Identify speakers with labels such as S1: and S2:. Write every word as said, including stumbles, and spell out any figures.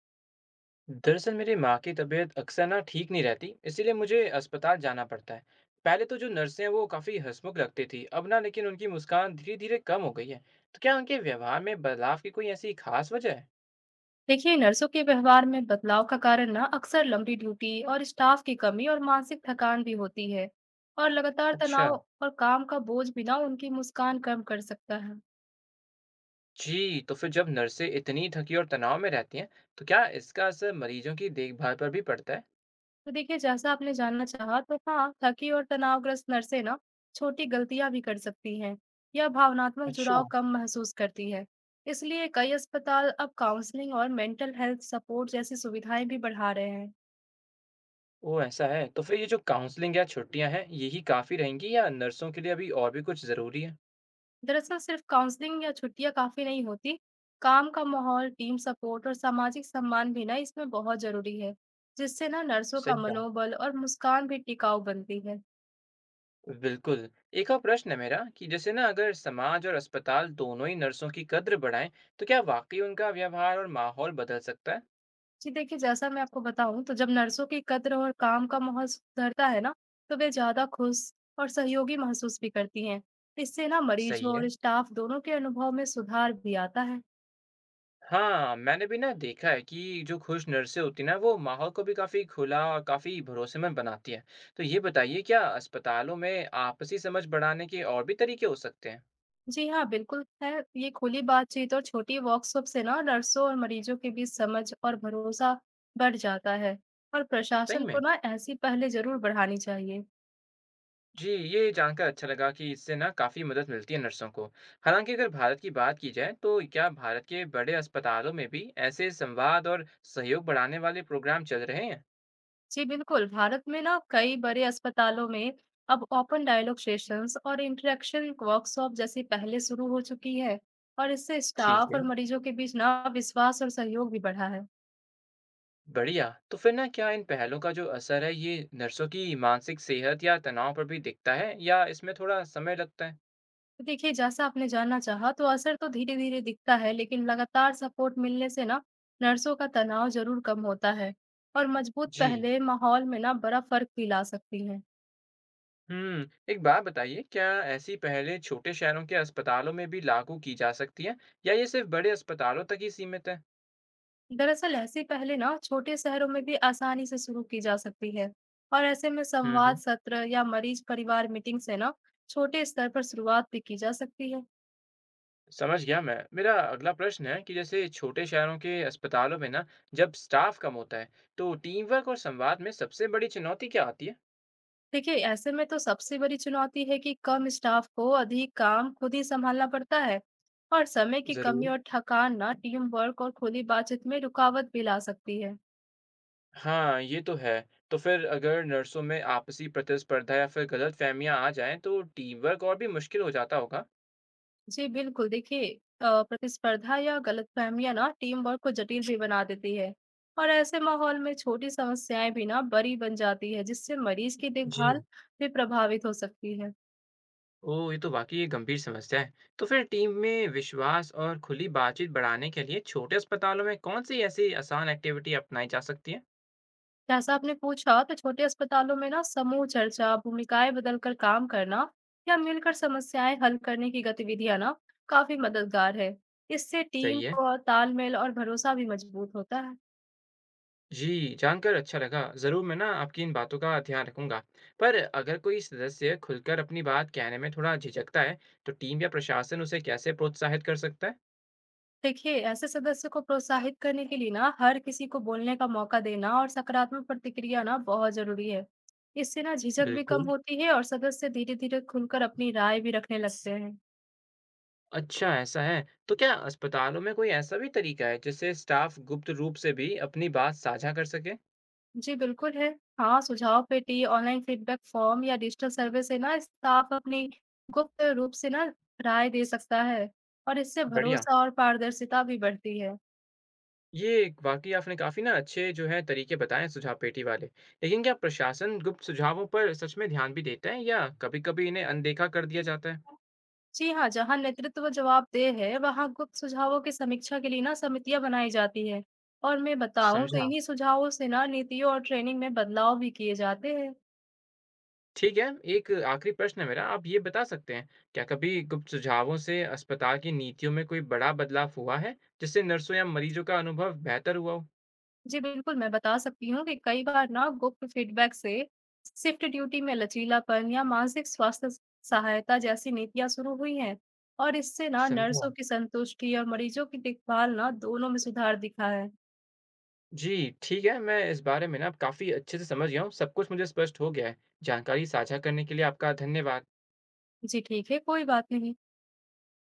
S1: दरअसल मेरी माँ की तबीयत अक्सर ना ठीक नहीं रहती, इसीलिए मुझे अस्पताल जाना पड़ता है। पहले तो जो नर्सें हैं वो काफ़ी हंसमुख लगती थी, अब ना लेकिन उनकी मुस्कान धीरे धीरे कम हो गई है। तो क्या उनके व्यवहार में बदलाव की कोई ऐसी खास वजह है?
S2: देखिए नर्सों के व्यवहार में बदलाव का कारण ना अक्सर लंबी ड्यूटी और स्टाफ की कमी और मानसिक थकान भी होती है और लगातार
S1: अच्छा।
S2: तनाव और काम का बोझ भी ना उनकी मुस्कान कम कर सकता है।
S1: जी, तो फिर जब नर्सें इतनी थकी और तनाव में रहती हैं तो क्या इसका असर मरीजों की देखभाल पर भी पड़ता है?
S2: तो देखिए जैसा आपने जानना चाहा तो हाँ थकी और तनावग्रस्त नर्सें ना छोटी गलतियां भी कर सकती हैं या भावनात्मक
S1: अच्छा।
S2: जुड़ाव कम महसूस करती है। इसलिए कई अस्पताल अब काउंसलिंग और मेंटल हेल्थ सपोर्ट जैसी सुविधाएं भी बढ़ा रहे हैं।
S1: ओ ऐसा है, तो फिर ये जो काउंसलिंग या छुट्टियां हैं यही काफ़ी रहेंगी या नर्सों के लिए अभी और भी कुछ ज़रूरी है?
S2: दरअसल सिर्फ काउंसलिंग या छुट्टियां काफी नहीं होती। काम का माहौल टीम सपोर्ट और सामाजिक सम्मान भी ना इसमें बहुत जरूरी है, जिससे ना नर्सों का
S1: सही कहा।
S2: मनोबल और मुस्कान भी टिकाऊ बनती है।
S1: बिल्कुल। एक और प्रश्न है मेरा कि जैसे ना अगर समाज और अस्पताल दोनों ही नर्सों की कद्र बढ़ाएं तो क्या वाकई उनका व्यवहार और माहौल बदल सकता है?
S2: जी देखिए जैसा मैं आपको बताऊं तो जब नर्सों की कद्र और काम का माहौल सुधरता है ना तो वे ज्यादा खुश और सहयोगी महसूस भी करती हैं। इससे ना
S1: सही
S2: मरीजों
S1: है।
S2: और स्टाफ दोनों के अनुभव में सुधार भी आता है।
S1: हाँ, मैंने भी ना देखा है कि जो खुश नर्सें होती हैं ना वो माहौल को भी काफी खुला और काफी भरोसेमंद बनाती है। तो ये बताइए, क्या अस्पतालों में आपसी समझ बढ़ाने के और भी तरीके हो सकते हैं?
S2: जी हाँ, बिल्कुल है। ये खुली बातचीत और छोटी वर्कशॉप से ना नर्सों और मरीजों के बीच समझ और भरोसा बढ़ जाता है और
S1: सही
S2: प्रशासन को
S1: में।
S2: ना ऐसी पहले जरूर बढ़ानी चाहिए।
S1: जी, ये जानकर अच्छा लगा कि इससे ना काफ़ी मदद मिलती है नर्सों को। हालाँकि अगर भारत की बात की जाए तो क्या भारत के बड़े अस्पतालों में भी ऐसे संवाद और सहयोग बढ़ाने वाले प्रोग्राम चल रहे हैं?
S2: जी बिल्कुल, भारत में ना कई बड़े अस्पतालों में अब ओपन डायलॉग सेशंस और इंटरेक्शन वर्कशॉप जैसी पहले शुरू हो चुकी है और इससे
S1: ठीक
S2: स्टाफ
S1: है।
S2: और मरीजों के बीच ना विश्वास और सहयोग भी बढ़ा है।
S1: बढ़िया। तो फिर ना क्या इन पहलों का जो असर है ये नर्सों की मानसिक सेहत या तनाव पर भी दिखता है या इसमें थोड़ा समय लगता है?
S2: तो देखिए, जैसा आपने जानना चाहा तो असर तो धीरे-धीरे दिखता है, लेकिन लगातार सपोर्ट मिलने से ना नर्सों का तनाव ज़रूर कम होता है और मजबूत
S1: जी।
S2: पहले माहौल में ना बड़ा फ़र्क भी ला सकती हैं।
S1: हम्म, एक बात बताइए, क्या ऐसी पहलें छोटे शहरों के अस्पतालों में भी लागू की जा सकती हैं या ये सिर्फ बड़े अस्पतालों तक ही सीमित है?
S2: दरअसल ऐसी पहले ना छोटे शहरों में भी आसानी से शुरू की जा सकती है और ऐसे में संवाद
S1: हम्म।
S2: सत्र या मरीज परिवार मीटिंग से ना छोटे स्तर पर शुरुआत भी की जा सकती है।
S1: समझ गया मैं। मेरा अगला प्रश्न है कि जैसे छोटे शहरों के अस्पतालों में ना जब स्टाफ कम होता है, तो टीम वर्क और संवाद में सबसे बड़ी चुनौती क्या आती है?
S2: देखिए ऐसे में तो सबसे बड़ी चुनौती है कि कम स्टाफ को अधिक काम खुद ही संभालना पड़ता है और समय की कमी
S1: ज़रूर।
S2: और थकान ना टीम वर्क और खुली बातचीत में रुकावट भी ला सकती है।
S1: हाँ, ये तो है। तो फिर अगर नर्सों में आपसी प्रतिस्पर्धा या फिर गलतफहमियां आ जाएं, तो टीम वर्क और भी मुश्किल हो जाता होगा।
S2: जी बिल्कुल देखिए, अ, प्रतिस्पर्धा या गलतफहमियां ना टीम वर्क को जटिल भी बना देती है और ऐसे माहौल में छोटी समस्याएं भी ना बड़ी बन जाती है जिससे मरीज की
S1: जी।
S2: देखभाल भी प्रभावित हो सकती है।
S1: ओह, ये तो वाकई एक गंभीर समस्या है। तो फिर टीम में विश्वास और खुली बातचीत बढ़ाने के लिए छोटे अस्पतालों में कौन सी ऐसी आसान एक्टिविटी अपनाई जा सकती है?
S2: जैसा आपने पूछा, तो छोटे अस्पतालों में ना समूह चर्चा, भूमिकाएं बदलकर काम करना या मिलकर समस्याएं हल करने की गतिविधियां ना काफी मददगार है। इससे
S1: सही
S2: टीम
S1: है।
S2: को तालमेल और भरोसा भी मजबूत होता है।
S1: जी, जानकर अच्छा लगा। ज़रूर मैं ना आपकी इन बातों का ध्यान रखूँगा। पर अगर कोई सदस्य खुलकर अपनी बात कहने में थोड़ा झिझकता है, तो टीम या प्रशासन उसे कैसे प्रोत्साहित कर सकता है?
S2: देखिए, ऐसे सदस्य को प्रोत्साहित करने के लिए ना हर किसी को बोलने का मौका देना और सकारात्मक प्रतिक्रिया ना बहुत जरूरी है। इससे ना झिझक भी कम
S1: बिल्कुल।
S2: होती है और सदस्य धीरे-धीरे खुलकर अपनी राय भी रखने लगते हैं।
S1: अच्छा, ऐसा है। तो क्या अस्पतालों में कोई ऐसा भी तरीका है जिससे स्टाफ गुप्त रूप से भी अपनी बात साझा कर सके?
S2: जी, बिल्कुल है। हाँ, सुझाव पेटी, ऑनलाइन फीडबैक फॉर्म या डिजिटल सर्वे से ना स्टाफ अपनी गुप्त रूप से ना राय दे सकता है और इससे
S1: बढ़िया।
S2: भरोसा और पारदर्शिता भी बढ़ती है।
S1: ये वाकई आपने काफ़ी ना अच्छे जो है तरीके बताए हैं, सुझाव पेटी वाले। लेकिन क्या प्रशासन गुप्त सुझावों पर सच में ध्यान भी देता है या कभी-कभी इन्हें अनदेखा कर दिया जाता है?
S2: जी हाँ, जहाँ नेतृत्व जवाबदेह है, वहाँ गुप्त सुझावों की समीक्षा के लिए ना समितियाँ बनाई जाती हैं और मैं बताऊँ तो
S1: समझा।
S2: इन्हीं सुझावों से ना नीतियों और ट्रेनिंग में बदलाव भी किए जाते हैं।
S1: ठीक है, एक आखिरी प्रश्न है मेरा, आप ये बता सकते हैं, क्या कभी गुप्त सुझावों से अस्पताल की नीतियों में कोई बड़ा बदलाव हुआ है, जिससे नर्सों या मरीजों का अनुभव बेहतर हुआ हो?
S2: जी, बिल्कुल, मैं बता सकती हूँ कि कई बार ना गुप्त फीडबैक से शिफ्ट ड्यूटी में लचीलापन या मानसिक स्वास्थ्य स सहायता जैसी नीतियाँ शुरू हुई हैं और इससे ना
S1: समझा।
S2: नर्सों की संतुष्टि और मरीजों की देखभाल ना दोनों में सुधार दिखा है।
S1: जी, ठीक है, मैं इस बारे में ना अब काफ़ी अच्छे से समझ गया हूँ, सब कुछ मुझे स्पष्ट हो गया है। जानकारी साझा करने के लिए आपका धन्यवाद।
S2: जी, ठीक है, कोई बात नहीं।